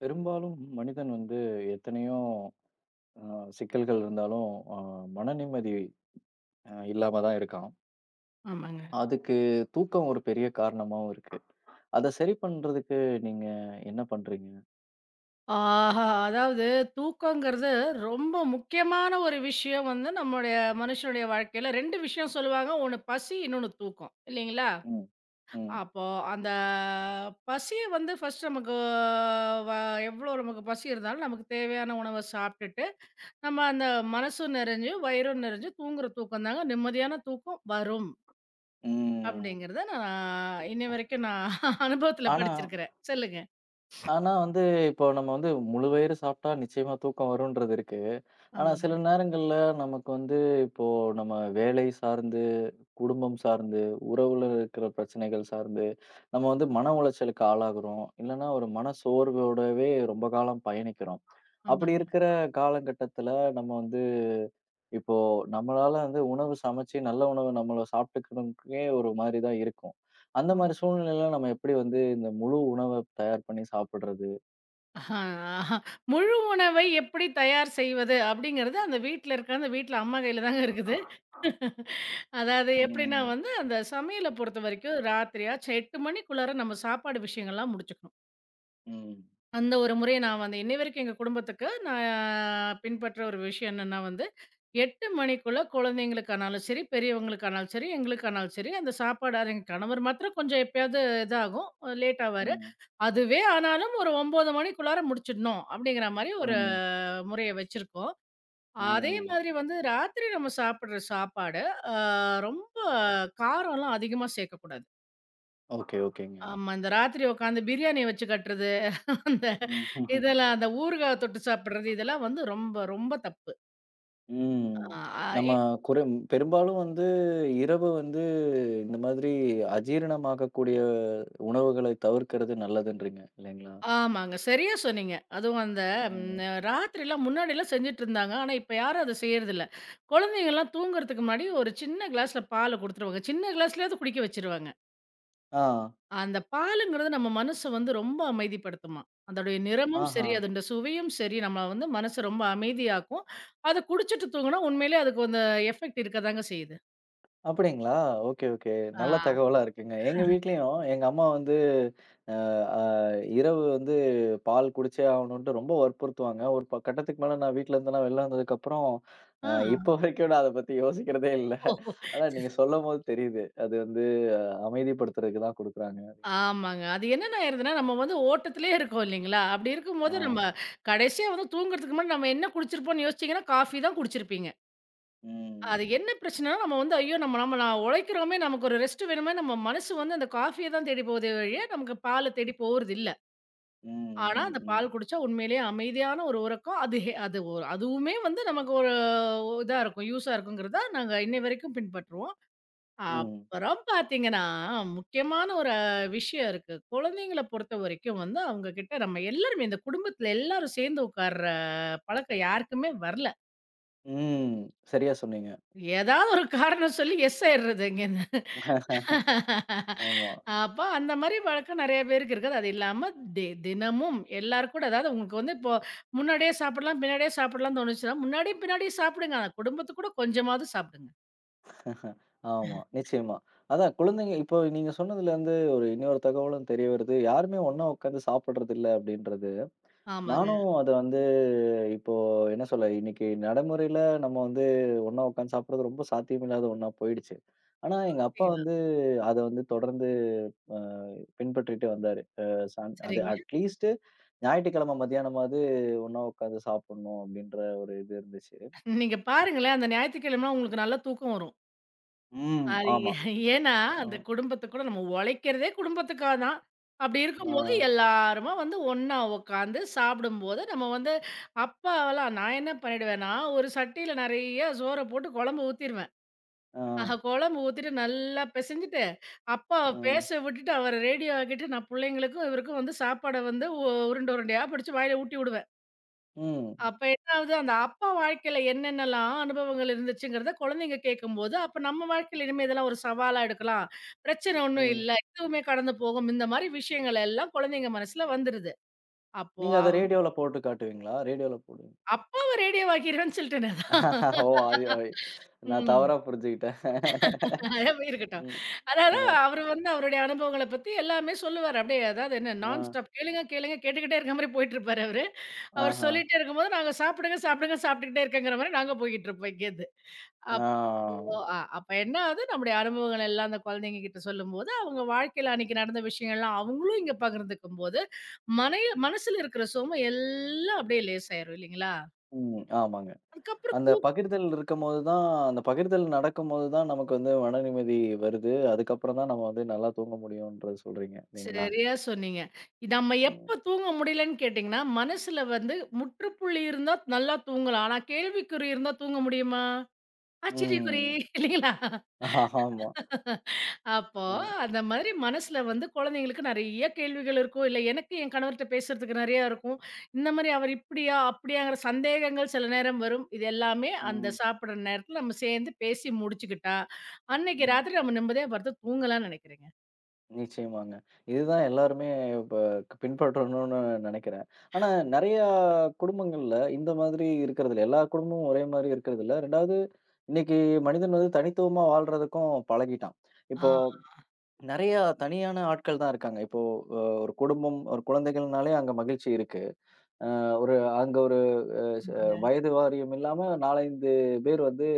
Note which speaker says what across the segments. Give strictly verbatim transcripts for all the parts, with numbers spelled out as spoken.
Speaker 1: பெரும்பாலும் மனிதன் வந்து எத்தனையோ ஆ, சிக்கல்கள் இருந்தாலும் ஆ, மன நிம்மதி ஆ, இல்லாம தான் இருக்கான்.
Speaker 2: ஆமாங்க.
Speaker 1: அதுக்கு தூக்கம் ஒரு பெரிய காரணமாவும் இருக்கு. அத சரி பண்றதுக்கு நீங்க என்ன பண்றீங்க?
Speaker 2: ஆஹா! அதாவது தூக்கங்கிறது ரொம்ப முக்கியமான ஒரு விஷயம் வந்து நம்முடைய மனுஷனுடைய வாழ்க்கையில இரண்டு விஷயம் சொல்லுவாங்க. ஒண்ணு பசி, இன்னொன்னு தூக்கம். இல்லைங்களா?
Speaker 1: ம். ம்.
Speaker 2: அப்போ அந்த பசிய வந்து ஃபர்ஸ்ட் நமக்கு வ எவ்ளோ நமக்கு பசி இருந்தாலும் நமக்கு தேவையான உணவ சாப்பிட்டுட்டு, நம்ம அந்த மனசும் நிறைஞ்சு, வயிறும் நிறைஞ்சு தூங்குற தூக்கம் தாங்க நிம்மதியான தூக்கம் வரும்.
Speaker 1: ம்.
Speaker 2: அப்படிங்கிறத நான் இன்னை வரைக்கும் நான் அனுபவத்துல
Speaker 1: ஆனா
Speaker 2: படிச்சிருக்கிறேன். சொல்லுங்க.
Speaker 1: ஆனா வந்து, இப்போ நம்ம வந்து முழு வயிறு சாப்பிட்டா நிச்சயமா தூக்கம் வரும்ன்றது இருக்கு. ஆனா
Speaker 2: ஆமாங்க,
Speaker 1: சில நேரங்கள்ல நமக்கு வந்து இப்போ நம்ம வேலை சார்ந்து, குடும்பம் சார்ந்து, உறவுல இருக்கிற பிரச்சனைகள் சார்ந்து, நம்ம வந்து மன உளைச்சலுக்கு ஆளாகுறோம். இல்லன்னா ஒரு மன சோர்வோடவே ரொம்ப காலம் பயணிக்கிறோம். அப்படி
Speaker 2: ஆமாங்க.
Speaker 1: இருக்கிற காலகட்டத்தில நம்ம வந்து இப்போ நம்மளால வந்து உணவு சமைச்சு நல்ல உணவு நம்மள சாப்பிட்டுக்கணுக்கே ஒரு மாதிரி தான் இருக்கும். அந்த
Speaker 2: ஆ.
Speaker 1: மாரி சூழ்நிலையில நம்ம எப்படி வந்து இந்த முழு உணவ தயார் பண்ணி சாப்பிடுறது?
Speaker 2: ஆஹா, ஆஹா. முழு உணவை எப்படி தயார் செய்வது அப்படிங்கிறது அந்த வீட்ல இருக்க அந்த வீட்ல அம்மா கையில தாங்க இருக்குது. அதாவது எப்படின்னா
Speaker 1: ம்.
Speaker 2: வந்து, அந்த சமையல பொறுத்த வரைக்கும் ராத்திரியாச்சு எட்டு மணிக்குள்ளார நம்ம சாப்பாடு விஷயங்கள்லாம் முடிச்சுக்கணும்.
Speaker 1: ம்.
Speaker 2: அந்த ஒரு முறைய நான் வந்து இன்னைவரைக்கும் எங்க குடும்பத்துக்கு நான் பின்பற்ற ஒரு விஷயம் என்னன்னா வந்து, எட்டு மணிக்குள்ள குழந்தைங்களுக்கானாலும் சரி, பெரியவங்களுக்கானாலும் சரி, எங்களுக்கானாலும் சரி, அந்த சாப்பாடு அது எங்க கணவர் மாத்திரம் கொஞ்சம் எப்பயாவது இதாகும், லேட் ஆவாரு.
Speaker 1: ம்.
Speaker 2: அதுவே ஆனாலும் ஒரு ஒன்பது மணிக்குள்ளார முடிச்சிடணும் அப்படிங்கிற மாரி ஒரு
Speaker 1: ம்.
Speaker 2: முறைய வச்சிருக்கோம். அதே
Speaker 1: ம்.
Speaker 2: மாதிரி வந்து ராத்திரி நம்ம சாப்பிடுற சாப்பாடு, அ ரொம்ப காரம்லாம் அதிகமா சேர்க்கக்கூடாது.
Speaker 1: ஓகே, ஓகேங்க.
Speaker 2: ஆமா. இந்த ராத்திரி உட்காந்து பிரியாணி வச்சு கட்டுறது, அந்த
Speaker 1: ம்.
Speaker 2: இதெல்லாம் அந்த ஊறுகாய் தொட்டு சாப்பிடுறது, இதெல்லாம் வந்து ரொம்ப, ரொம்ப தப்பு.
Speaker 1: ம்.
Speaker 2: அ இ
Speaker 1: நம்ம குறை பெரும்பாலும் வந்து இரவு வந்து இந்த மாதிரி அஜீரணமாகக்கூடிய உணவுகளை தவிர்க்கிறது நல்லதுன்றீங்க இல்லைங்களா?
Speaker 2: ஆமாங்க. சரியா சொன்னீங்க. அதுவும் அந்த ம்
Speaker 1: ம்.
Speaker 2: ராத்திரிலாம் முன்னாடிலாம் செஞ்சுட்டுருந்தாங்க. ஆனா, இப்ப யாரும் அத செய்றதில்ல. குழந்தைங்கலாம் தூங்குறதுக்கு முன்னாடி ஒரு சின்ன கிளாஸ்ல பால குடுத்துருவாங்க. சின்ன கிளாஸ்லயாவது குடிக்க வச்சுருவாங்க.
Speaker 1: ஆ.
Speaker 2: அந்த பாலுங்கிறது நம்ம மனச வந்து ரொம்ப அமைதிப்படுத்துமாம். அதோடைய நிறமும்
Speaker 1: ஆஹா.
Speaker 2: சரி, அதோட சுவையும் சரி, நம்ம வந்து மனச ரொம்ப அமைதியாக்கும். அத குடிச்சிட்டு தூங்குனா உண்மையிலேயே அதுக்கு அந்த எஃபெக்ட் இருக்க தாங்க செய்யுது.
Speaker 1: அப்படிங்களா? Okay, okay. நல்ல
Speaker 2: ஆ.
Speaker 1: தகவலா இருக்குங்க. எங்க வீட்லயும் எங்க அம்மா வந்து அ அ இரவு வந்து பால் குடிச்சே ஆகணுன்ட்டு ரொம்ப வற்புறுத்துவாங்க. ஒரு ப கட்டத்துக்கு மேல நான் வீட்லருந்துலாம் வெளில வந்ததுக்கப்புறம், அ
Speaker 2: ஆ.
Speaker 1: இப்ப வரைக்கும் நான் அத பத்தி யோசிக்கிறதே இல்ல.
Speaker 2: ஓஹோ!
Speaker 1: ஆனா நீங்க சொல்லம்போது தெரியுது. அது வந்து அஹ், அமைதிப்படுத்துறதுக்கு தான் குடுக்குறாங்க.
Speaker 2: ஆமாங்க. அது என்னென்ன ஆயிருதுன்னா, நம்ம வந்து ஓட்டத்திலே இருக்கோம் இல்லைங்களா? அப்படி
Speaker 1: ஆ.
Speaker 2: இருக்கும்போது நம்ம கடைசியா வந்து தூங்குறதுக்கு முன்னாடி நம்ம என்ன குடிச்சிருப்போம்ன்னு யோசிச்சீங்கன்னா, காஃபி தான் குடிச்சிருப்பீங்க.
Speaker 1: ம்.
Speaker 2: அது என்ன பிரச்சனைனா, நம்ம வந்து ஐயோ! நம்ம நம்ம நான் உழைக்கிறோமே, நமக்கு ஒரு ரெஸ்ட் வேணுமே, நம்ம மனசு வந்து அந்த காஃபிய தான் தேடி போகுதே ஒழிய, நமக்கு பால தேடி போறதில்ல.
Speaker 1: ம்,
Speaker 2: ஆனா,
Speaker 1: ம்,
Speaker 2: அந்த
Speaker 1: ம்.
Speaker 2: பால் குடிச்சா உண்மையிலேயே அமைதியான ஒரு உறக்கம். அது ஹெ அது ஒரு அதுவுமே வந்து நமக்கு ஒரு இதா இருக்கும். யூஸா இருக்குங்கிறத நாங்க இன்னை வரைக்கும் பின்பற்றுவோம். ம்.
Speaker 1: ம்.
Speaker 2: அப்புறம் பார்த்தீங்கன்னா, முக்கியமான ஒரு விஷயம் இருக்கு. குழந்தைங்கள பொறுத்தவரைக்கும் வந்து அவங்க கிட்ட நம்ம எல்லாருமே இந்த குடும்பத்தில எல்லாரும் சேர்ந்து உட்கார்ற பழக்கம் யாருக்குமே வரல.
Speaker 1: ம். சரியா சொன்னீங்க.
Speaker 2: ஏதாவது ஒரு காரணம் சொல்லி எஸ் ஆயிடுறது இங்கேருந்து.
Speaker 1: ஆமா.
Speaker 2: அப்ப அந்த மாரி வழக்கம் நெறைய பேருக்கு இருக்குது. அது இல்லாம தி தினமும் எல்லார் கூட அதாவது உங்களுக்கு வந்து இப்போ முன்னாடியே சாப்பிடலாம், பின்னாடியே சாப்பிடலாம்னு தோணுச்சுன்னா, முன்னாடியும் பின்னாடியும் சாப்பிடுங்க. ஆனா குடும்பத்து கூட கொஞ்சமாவது சாப்பிடுங்க.
Speaker 1: ஆமா, நிச்சயமா. அதான் குழந்தைங்க இப்போ நீங்க சொன்னதுலருந்து ஒரு இன்னொரு தகவலும் தெரிய வருது. யாருமே ஒண்ணா உட்காந்து சாப்பிடுறதில்ல அப்படின்றது.
Speaker 2: ஆமாங்க.
Speaker 1: நானும் அத வந்து இப்போ என்ன சொல்ல, இன்னைக்கு நடைமுறையில நம்ம வந்து ஒண்ணா உட்காந்து சாப்பிடுறது ரொம்ப சாத்தியமில்லாத ஒண்ணா போயிடுச்சு. ஆனா எங்க அப்பா
Speaker 2: சரிங்களா?
Speaker 1: வந்து அத வந்து தொடர்ந்து அ பின்பற்றிட்டு வந்தாரு. அ சன் அது
Speaker 2: சரிங்க.
Speaker 1: அட்லீஸ்ட் ஞாயிற்றுக்கிழமை மத்தியானமாவது ஒண்ணா உட்காந்து சாப்பிடணும் அப்படின்ற ஒரு இது இருந்துச்சு.
Speaker 2: நீங்க பாருங்களேன், அந்த ஞாயித்துக்கிழமைலாம் உங்களுக்கு நல்லா தூக்கம் வரும்.
Speaker 1: ம்.
Speaker 2: அது
Speaker 1: ஆமா.
Speaker 2: ஏ- ஏன்னா,
Speaker 1: அ,
Speaker 2: அந்த குடும்பத்துக்கு கூட நம்ம உழைக்கிறதே குடும்பத்துக்காக தான். அப்படி
Speaker 1: ஆ,
Speaker 2: இருக்கும்போது எல்லாருமா வந்து ஒண்ணா உட்காந்து சாப்பிடும்போது, நம்ம வந்து அப்பலாம் நான் என்ன பண்ணிடுவேன்னா, ஒரு சட்டியில நெறைய சோற போட்டு குழம்பு ஊத்திருவேன்.
Speaker 1: ஆ,
Speaker 2: ஆஹா குழம்பு ஊத்திட்டு நல்லா பெசஞ்சுட்டு, அப்பாவ பேச
Speaker 1: ம்,
Speaker 2: விட்டுட்டு அவர ரேடியோ ஆக்கிட்டு, நான் புள்ளைங்களுக்கும் இவருக்கும் வந்து சாப்பாட வந்து உ உருண்ட உருண்டையா பிடிச்சு வாயில ஊட்டி விடுவேன்.
Speaker 1: ம்,
Speaker 2: அப்ப என்ன ஆகுது, அந்த அப்பா வாழ்க்கையில என்னென்னலாம் அனுபவங்கள் இருந்துச்சுங்கிறத குழந்தைங்க கேட்கும்போது, அப்ப நம்ம வாழ்க்கையில இனிமே இதெல்லாம் ஒரு சவாலா எடுக்கலாம். பிரச்சனை ஒண்ணும்
Speaker 1: ம்.
Speaker 2: இல்ல. இதுவுமே கடந்து போகும். இந்த மாரி விஷயங்கள் எல்லாம் குழந்தைங்க மனசுல வந்துருது. அப்போ
Speaker 1: நீங்க அத
Speaker 2: அவ
Speaker 1: ரேடியோல போட்டு காட்டுவீங்களா? ரேடியோல போடுவீங்க.
Speaker 2: அப்பாவ ரேடியோவாக்கிருவேன்னு சொல்லிட்டேனே அதான்.
Speaker 1: ஓ! அது ஐ நான்
Speaker 2: ம்.
Speaker 1: தவறா புரிஞ்சுகிட்டேன்.
Speaker 2: அதேமாரி இருக்கட்டும்.
Speaker 1: ம்.
Speaker 2: அதாவது
Speaker 1: ஆமா.
Speaker 2: அவரு வந்து அவருடைய அனுபவங்கள பத்தி எல்லாமே சொல்லுவாரு. அப்படியே அதாவது என்ன
Speaker 1: ஆ.
Speaker 2: நான் ஸ்டாப் கேளுங்க, கேளுங்க கேட்டுக்கிட்டே இருக்க மாரி போயிட்டுருப்பாரு அவரு. அவர்
Speaker 1: ஆஹா.
Speaker 2: சொல்லிட்டே இருக்கும்போது, நாங்க சாப்பிடுங்க, சாப்பிடுங்க சாப்பிட்டுக்கிட்டே இருக்கங்கிற மாரி நாங்க போய்க்கிட்டுருப்போம் இங்கேருந்து.
Speaker 1: ஆ.
Speaker 2: ஓ! அ அப்ப என்ன ஆகுது, நம்முடைய அனுபவங்கள் எல்லாம் அந்த குழந்தைங்க கிட்ட சொல்லும்போது, அவங்க வாழ்க்கையில அன்னைக்கு நடந்த விஷயங்கள்லாம் அவங்களும் இங்க பகிர்ந்துக்கும்போது, மனை மனசுல இருக்கிற சுமை எல்லாம் அப்படியே லேசாயிரும் இல்லைங்களா?
Speaker 1: ம். ஆமாங்க.
Speaker 2: அதுக்கப்புறம்
Speaker 1: அந்த
Speaker 2: தூ
Speaker 1: பகிர்தல் இருக்கும்போது தான் அந்த பகிர்தல் நடக்கும்போது தான் நமக்கு வந்து மன நிம்மதி வருது. அதுக்கப்புறம் தான் நம்ம வந்து நல்லா தூங்க முடியும்ன்றது சொல்றீங்க. இல்லைங்களா?
Speaker 2: சரியா சொன்னீங்க. இது நம்ம
Speaker 1: ம்.
Speaker 2: எப்ப தூங்க முடியலன்னு கேட்டீங்கன்னா, மனசுல வந்து முற்றுப்புள்ளி இருந்தா நல்லா தூங்கலாம். ஆனா கேள்விக்குறி இருந்தா தூங்க முடியுமா? ஆச்சரியக்குறி
Speaker 1: ம்.
Speaker 2: இல்லைங்களா?
Speaker 1: ஆமா.
Speaker 2: அப்போ,
Speaker 1: அ.
Speaker 2: அந்த மாதிரி மனசுல வந்து குழந்தைங்களுக்கு நெறைய கேள்விகள் இருக்கும். இல்ல எனக்கு என் கணவர்ட்ட பேசுறதுக்கு நெறையா இருக்கும். இந்த மாரி அவர் இப்படியா? அப்படியாங்கிற சந்தேகங்கள் சில நேரம் வரும். இது எல்லாமே அந்த
Speaker 1: ம்.
Speaker 2: சாப்பிடுற நேரத்துல நம்ம சேர்ந்து பேசி முடிச்சுக்கிட்டா, அன்னைக்கு
Speaker 1: ம்.
Speaker 2: ராத்திரி நம்ம நிம்மதியா படுத்து தூங்கலாம்னு நெனைக்கிறேங்க.
Speaker 1: நிச்சயமாங்க. இதுதான் எல்லாருமே இப்ப க- பின்பற்றணும்னு நெனைக்கிறேன். ஆனா நெறையா குடும்பங்கள்ல இந்த மாதிரி இருக்கிறதில்ல. எல்லா குடும்பமும் ஒரே மாரி இருக்கிறதில்ல. இரண்டாவது இன்னைக்கு மனிதன் வந்து தனித்துவமா வாழ்றதுக்கும் பழகிட்டான்.
Speaker 2: ஆ,
Speaker 1: இப்போ நெறையா தனியான ஆட்கள் தான் இருக்காங்க. இப்போ அ ஒரு குடும்பம், ஒரு குழந்தைகள்னாலே அங்க மகிழ்ச்சி இருக்கு. அ ஒரு அங்க ஒரு ச
Speaker 2: ஆமாங்க,
Speaker 1: வயது வாரியம் இல்லாம நான்கு, ஐந்து பேர் வந்து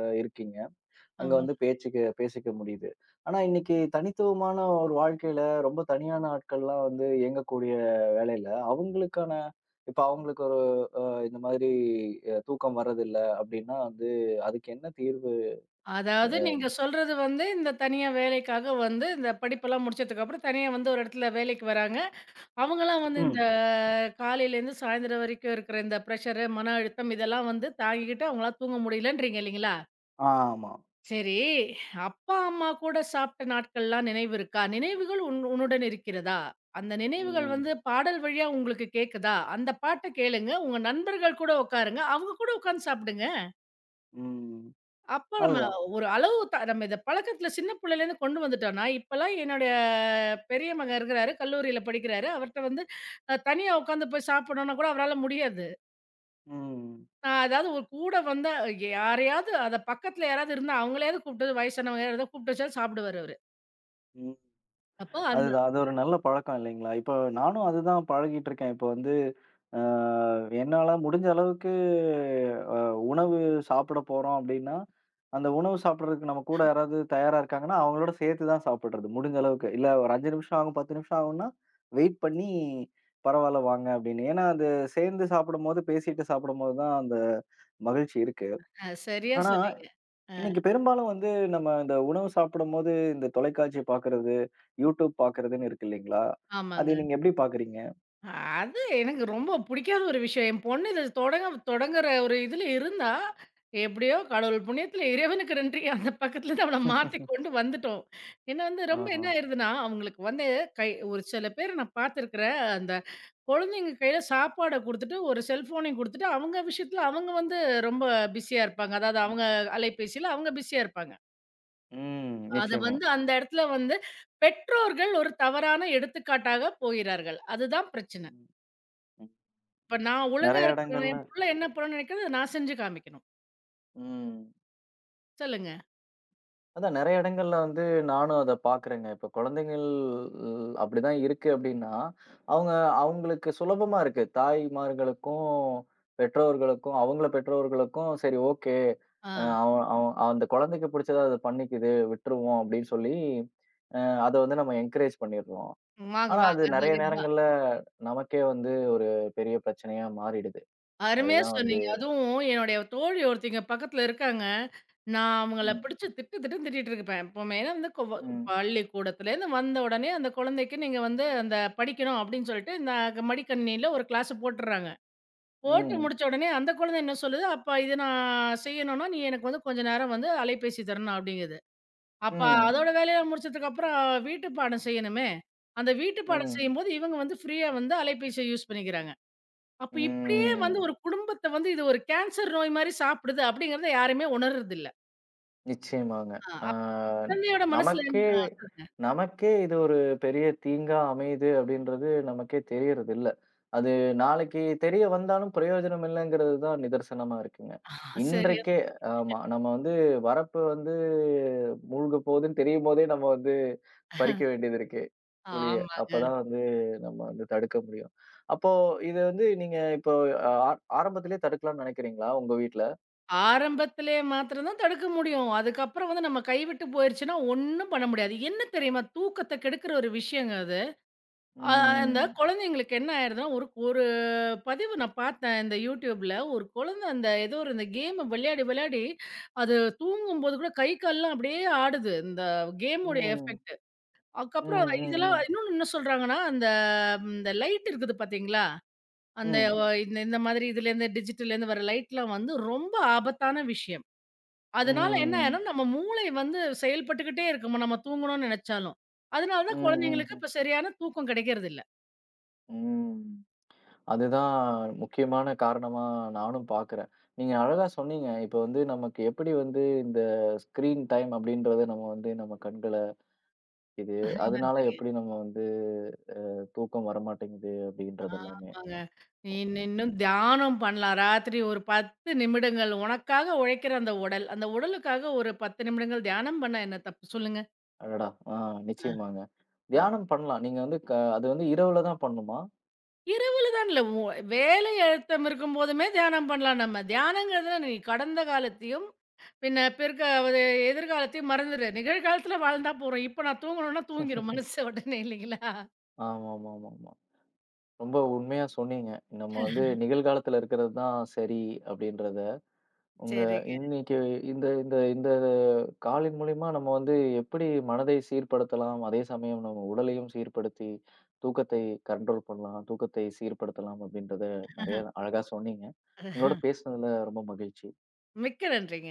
Speaker 1: அ இருக்கீங்க. அங்க
Speaker 2: ஆமாங்க.
Speaker 1: வந்து பேச்சுக்கு பேசிக்க முடியுது. ஆனா இன்னைக்கு தனித்துவமான ஒரு வாழ்க்கையில ரொம்ப தனியான ஆட்கள்லாம் வந்து இயங்கக்கூடிய வேலையில, அவங்களுக்கான இப்ப அவங்களுக்கு ஒரு அ இந்த மாதிரி அ தூக்கம் வர்றதில்ல அப்டின்னா வந்து அதுக்கு என்ன தீர்வு?
Speaker 2: அதாவது
Speaker 1: அ
Speaker 2: நீங்க சொல்றது வந்து இந்த தனியா வேலைக்காக வந்து இந்த படிப்பெல்லாம் முடிச்சதுக்கப்புறம் தனியா வந்து ஒரு இடத்துல வேலைக்கு வராங்க. அவங்கலாம் வந்து இந்த
Speaker 1: ம்.
Speaker 2: காலையிலேருந்து சாயந்தரம் வரைக்கும் இருக்கிற இந்த ப்ரெஷரு, மன அழுத்தம் இதெல்லாம் வந்து தாங்கிக்கிட்டு அவங்களால தூங்க முடியலன்றீங்க இல்லைங்களா?
Speaker 1: ஆமா.
Speaker 2: சரி, அப்பா, அம்மா கூட சாப்பிட்ட நாட்கள்லாம் நினைவு இருக்கா? நினைவுகள் உன் உன்னுடன் இருக்கிறதா? அந்த நினைவுகள்
Speaker 1: ம்.
Speaker 2: வந்து பாடல் வழியா உங்களுக்கு கேட்குதா? அந்த பாட்ட கேளுங்க. உங்க நண்பர்கள் கூட உட்காருங்க. அவங்க கூட உட்கார்ந்து சாப்பிடுங்க.
Speaker 1: ம்.
Speaker 2: அப்ப நம்ம
Speaker 1: அதுதான்.
Speaker 2: ஒரு அளவு த நம்ம இத பழக்கத்துல சின்ன பிள்ளையிலேருந்து கொண்டு வந்துட்டோம்னா, இப்பலாம் என்னுடைய பெரிய மகன் இருக்கிறாரு. கல்லூரியில படிக்கிறாரு. அவர்ட்ட வந்து அ தனியா உட்காந்து போய் சாப்பிடணும்னா கூட அவரால முடியாது.
Speaker 1: ம்.
Speaker 2: அ அதாவது ஒரு கூட வந்தா யாரையாவது அத பக்கத்துல யாராவது இருந்தா அவங்களையாவது கூப்பிட்டு வயசானவங்க யாராவது கூப்பிட்டு வச்சா சாப்பிடுவாரு அவரு. அப்போ அந்த
Speaker 1: அதுதான். அது ஒரு நல்ல பழக்கம் இல்லைங்களா? இப்போ நானும் அதுதான் பழகிட்டு இருக்கேன். இப்போ வந்து அ என்னால முடிஞ்ச அளவுக்கு அ உணவு சாப்பிட போறோம் அப்டின்னா, அந்த உணவு சாப்பிடுறதுக்கு நம்ம கூட யாராவது தயாரா இருக்காங்கன்னா, அவங்களோட சேர்த்து தான் சாப்பிடுறது முடிஞ்ச அளவுக்கு. இல்ல ஒரு அஞ்சு நிமிஷம் ஆகும், பத்து நிமிஷம் ஆகும்னா, வெயிட் பண்ணி பரவால்ல வாங்க அப்டின்னு. ஏன்னா, அது சேர்ந்து சாப்பிடும்போது, பேசிட்டு சாப்பிடும்போது தான் அந்த மகிழ்ச்சி இருக்கு.
Speaker 2: அ சரியா
Speaker 1: ஆனா
Speaker 2: சொன்னீங்க. அ
Speaker 1: இன்னைக்கு பெரும்பாலும் வந்து நம்ம இந்த உணவு சாப்பிடும்போது, இந்த தொலைக்காட்சி பார்க்கிறது, யூடியூப் பார்க்கிறதுன்னு இருக்கு இல்லைங்களா? அது
Speaker 2: ஆமாங்க.
Speaker 1: நீங்க எப்படி பார்க்குறீங்க?
Speaker 2: அது எனக்கு ரொம்ப பிடிக்காத ஒரு விஷயம். என் பொண்ணு இத தொடங்க தொடங்குற ஒரு இதுல இருந்தா, எப்படியோ கடவுள் புண்ணியத்துல இறைவனுக்கு நன்றி அந்த பக்கத்துலருந்து அவள மாத்தி கொண்டு வந்துட்டோம். ஏன்னா வந்து ரொம்ப
Speaker 1: ஆஹா.
Speaker 2: என்ன ஆயிருதுன்னா, அவங்களுக்கு வந்து கை ஒரு சில பேர நான் பார்த்துருக்கிறேன். அந்த குழந்தைங்க கையில சாப்பாட குடுத்துட்டு, ஒரு செல்ஃபோனையும் குடுத்துட்டு, அவங்க விஷயத்துல அவங்க வந்து ரொம்ப பிஸியா இருப்பாங்க. அதாவது
Speaker 1: ம்.
Speaker 2: அவங்க அலைபேசியில அவங்க பிஸியா இருப்பாங்க.
Speaker 1: ம்.
Speaker 2: அத
Speaker 1: நிச்சயமா.
Speaker 2: வந்து அந்த இடத்துல வந்து பெற்றோர்கள் ஒரு தவறான எடுத்துக்காட்டாக போகிறார்கள். அதுதான் பிரச்சனை.
Speaker 1: ம். ம்.
Speaker 2: இப்ப நான் ஒழுங்கா
Speaker 1: நெறைய
Speaker 2: இருக்கணும்.
Speaker 1: இடங்கள்ல
Speaker 2: என் புள்ள என்ன பண்ணணும்னு நினைக்குது, நான் செஞ்சு காமிக்கணும்.
Speaker 1: ம்.
Speaker 2: சொல்லுங்க.
Speaker 1: அதான் நெறைய இடங்கள்ல வந்து நானும் அத பார்க்குறேங்க. இப்ப குழந்தைகள் அப்படிதான் இருக்கு அப்படின்னா, அவங்க அவங்களுக்கு சுலபமா இருக்கு. தாய்மார்களுக்கும், பெற்றோர்களுக்கும் அவங்கள பெற்றோர்களுக்கும் சரி ஓகே. அ
Speaker 2: ஆ.
Speaker 1: அவன் அவன் அந்த குழந்தைக்கு பிடிச்சத அத பண்ணிக்குது, விட்டுருவோம் அப்படின்னு சொல்லி, அ அத வந்து நம்ம என்கரேஜ் பண்ணிடுறோம்.
Speaker 2: வாங்க,
Speaker 1: ஆனா
Speaker 2: வாங்க.
Speaker 1: அது
Speaker 2: அதுல
Speaker 1: நெறைய
Speaker 2: இதுதான்.
Speaker 1: நேரங்கள்ல நமக்கே வந்து ஒரு பெரிய பிரச்சனையா மாறிடுது.
Speaker 2: அருமையா
Speaker 1: அதுதான் வந்து
Speaker 2: சொன்னீங்க. அதுவும் என்னுடைய தோழி ஒருத்திங்க பக்கத்துல இருக்காங்க. நான் அவங்கள
Speaker 1: ம்,
Speaker 2: பிடிச்சு திட்டு திட்டுன்னு திட்டிட்டு இருப்பேன். எப்பவுமே ஏன்னா வந்து கொவ
Speaker 1: ம்,
Speaker 2: பள்ளிக்கூடத்துலேருந்து வந்த உடனே அந்த குழந்தைக்கு நீங்க வந்து அந்த படிக்கணும் அப்படின்னு சொல்லிட்டு, இந்த மடிக்கணினியில ஒரு கிளாஸ் போட்டுர்றாங்க. போட்டு
Speaker 1: ம்,
Speaker 2: முடிச்ச உடனே அந்த குழந்தை என்ன சொல்லுது, "அப்பா இது நான் செய்யணும்னா, நீ எனக்கு வந்து கொஞ்ச நேரம் வந்து அலைபேசி தரணும்" அப்படிங்குது. அப்ப
Speaker 1: ம்,
Speaker 2: அதோட வேலையெல்லாம் முடிச்சதுக்கு அப்புறம் வீட்டு பாடம் செய்யணுமே. அந்த வீட்டு பாடம்
Speaker 1: ம்,
Speaker 2: செய்யும்போது இவங்க வந்து ஃப்ரீயா வந்து அலைபேசிய யூஸ் பண்ணிக்கிறாங்க. அப்ப இப்படியே வந்து
Speaker 1: ம்.
Speaker 2: ஒரு குடும்பத்த வந்து இது ஒரு கேன்சர் நோய் மாரி சாப்பிடுது அப்படிங்கிறத யாருமே உணர்றதில்ல.
Speaker 1: நிச்சயமாங்க.
Speaker 2: ஆ.
Speaker 1: ஆ
Speaker 2: அப் குழந்தையோட மனசுல என்ன
Speaker 1: நமக்கே
Speaker 2: ஆ சொல்லுங்க.
Speaker 1: நமக்கே இது ஒரு பெரிய தீங்கா அமையுது அப்படின்றது நமக்கே தெரியறதில்ல. அது நாளைக்கு தெரிய வந்தாலும் பிரயோஜனம் இல்லங்கிறது தான் நிதர்சனமா இருக்குங்க.
Speaker 2: ஆ சரியா
Speaker 1: இன்றைக்கே
Speaker 2: சொன்னீங்க.
Speaker 1: ஆமா. நம்ம வந்து வரப்பு வந்து மூழ்கப் போகுதுன்னு தெரியும்போதே நம்ம வந்து பறிக்க வேண்டியது இருக்கு புளிய.
Speaker 2: ஆமாங்க.
Speaker 1: அப்பதான் வந்து நம்ம வந்து தடுக்க முடியும். அப்போ இத வந்து நீங்க இப்போ ஆ ஆரம்பத்திலேயே தடுக்கலாம்னு நினைக்கிறீங்களா உங்க வீட்ல?
Speaker 2: ஆரம்பத்திலே மாத்திரம் தான் தடுக்க முடியும். அதுக்கப்புறம் வந்து நம்ம கைவிட்டு போயிருச்சுன்னா ஒண்ணும் பண்ண முடியாது. என்ன தெரியுமா? தூக்கத்த கெடுக்கிற ஒரு விஷயங்க அது. அ அந்த
Speaker 1: ம்.
Speaker 2: குழந்தைங்களுக்கு என்ன ஆயிடுதுன்னா, ஒரு ஒரு பதிவு நான் பார்த்தேன் இந்த YouTubeல. ஒரு குழந்த அந்த ஏதோ ஒரு இந்த கேம விளையாடி, விளையாடி அது தூங்கும்போது கூட கை, கால்லாம் அப்படியே ஆடுது. இந்த கேமுடைய
Speaker 1: ம்.
Speaker 2: எஃபெக்ட்.
Speaker 1: ம்,
Speaker 2: அதுக்கப்புறம்
Speaker 1: ம்,
Speaker 2: இதெல்லாம்
Speaker 1: ம்.
Speaker 2: இன்னொன்னு என்ன சொல்றாங்கன்னா, அந்த இந்த லைட் இருக்குது பார்த்தீங்களா? அந்த
Speaker 1: ம்,
Speaker 2: ஒ இந்த இந்த மாதிரி இதுலேருந்து டிஜிட்டல்லேருந்து வர லைட்லாம் வந்து ரொம்ப ஆபத்தான விஷயம். அதனால என்ன
Speaker 1: ம்,
Speaker 2: ஆயிரும், நம்ம மூளை வந்து செயல்பட்டுக்கிட்டே இருக்குமா, நம்ம தூங்கணும்னு நெனச்சாலும். அதனால தான்
Speaker 1: ம்,
Speaker 2: குழந்தைங்களுக்கு
Speaker 1: ம்ஹ்ம்.
Speaker 2: இப்ப சரியான தூக்கம் கிடைக்கிறதில்ல.
Speaker 1: ம். ம். அதுதான் முக்கியமான காரணமா நானும் பார்க்குறேன். நீங்க அழகா சொன்னீங்க. இப்ப வந்து நமக்கு எப்படி வந்து இந்த ஸ்க்ரீன் டைம் அப்படின்றது நம்ம வந்து நம்ம கண்கள இது அதனால எப்படி நம்ம வந்து அ தூக்கம் வரமாட்டேங்குது அப்படின்றது எல்லாமே.
Speaker 2: ஆமாங்க. இன் இன்னும் தியானம் பண்ணலாம். ராத்திரி ஒரு பத்து நிமிடங்கள் உனக்காக உழைக்கிற அந்த உடல். அந்த உடலுக்காக ஒரு பத்து நிமிடங்கள் தியானம் பண்ணா என்ன தப்பு சொல்லுங்க?
Speaker 1: அடடா! ஆ
Speaker 2: அ.
Speaker 1: நிச்சயமாங்க.
Speaker 2: அப்
Speaker 1: தியானம் பண்ணலாம். நீங்க வந்து க அது வந்து இரவுல தான் பண்ணணுமா?
Speaker 2: இரவுல தான் இல்ல ஒ வேலை அழுத்தம் இருக்கும்போதுமே தியானம் பண்ணலாம் நம்ம. தியானங்கிறது நீ கடந்த காலத்தையும், பின்ன பிற்க ஒரு எதிர்காலத்தையும் மறந்துரு. நிகழ்காலத்துல வாழ்ந்தா போறோம். இப்ப நான் தூங்கணும்னா தூங்கிரும் மனசு உடனே இல்லைங்களா?
Speaker 1: ஆமாமாமாமா. ரொம்ப உண்மையா சொன்னீங்க. நம்ம வந்து நிகழ்காலத்துல இருக்கிறது தான் சரி அப்படின்றத உங்க
Speaker 2: சரிங்க.
Speaker 1: இன்னைக்கு இந்த இந்த இந்த காலின் மூலியமா நம்ம வந்து எப்படி மனதை சீர்படுத்தலாம், அதே சமயம் நம்ம உடலையும் சீர்படுத்தி, தூக்கத்தை கண்ட்ரோல் பண்ணலாம், தூக்கத்தை சீர்படுத்தலாம் அப்படின்றத நெறைய அழகா சொன்னீங்க. உங்களோட பேசினதுல ரொம்ப மகிழ்ச்சி.
Speaker 2: மிக்க நன்றிங்க.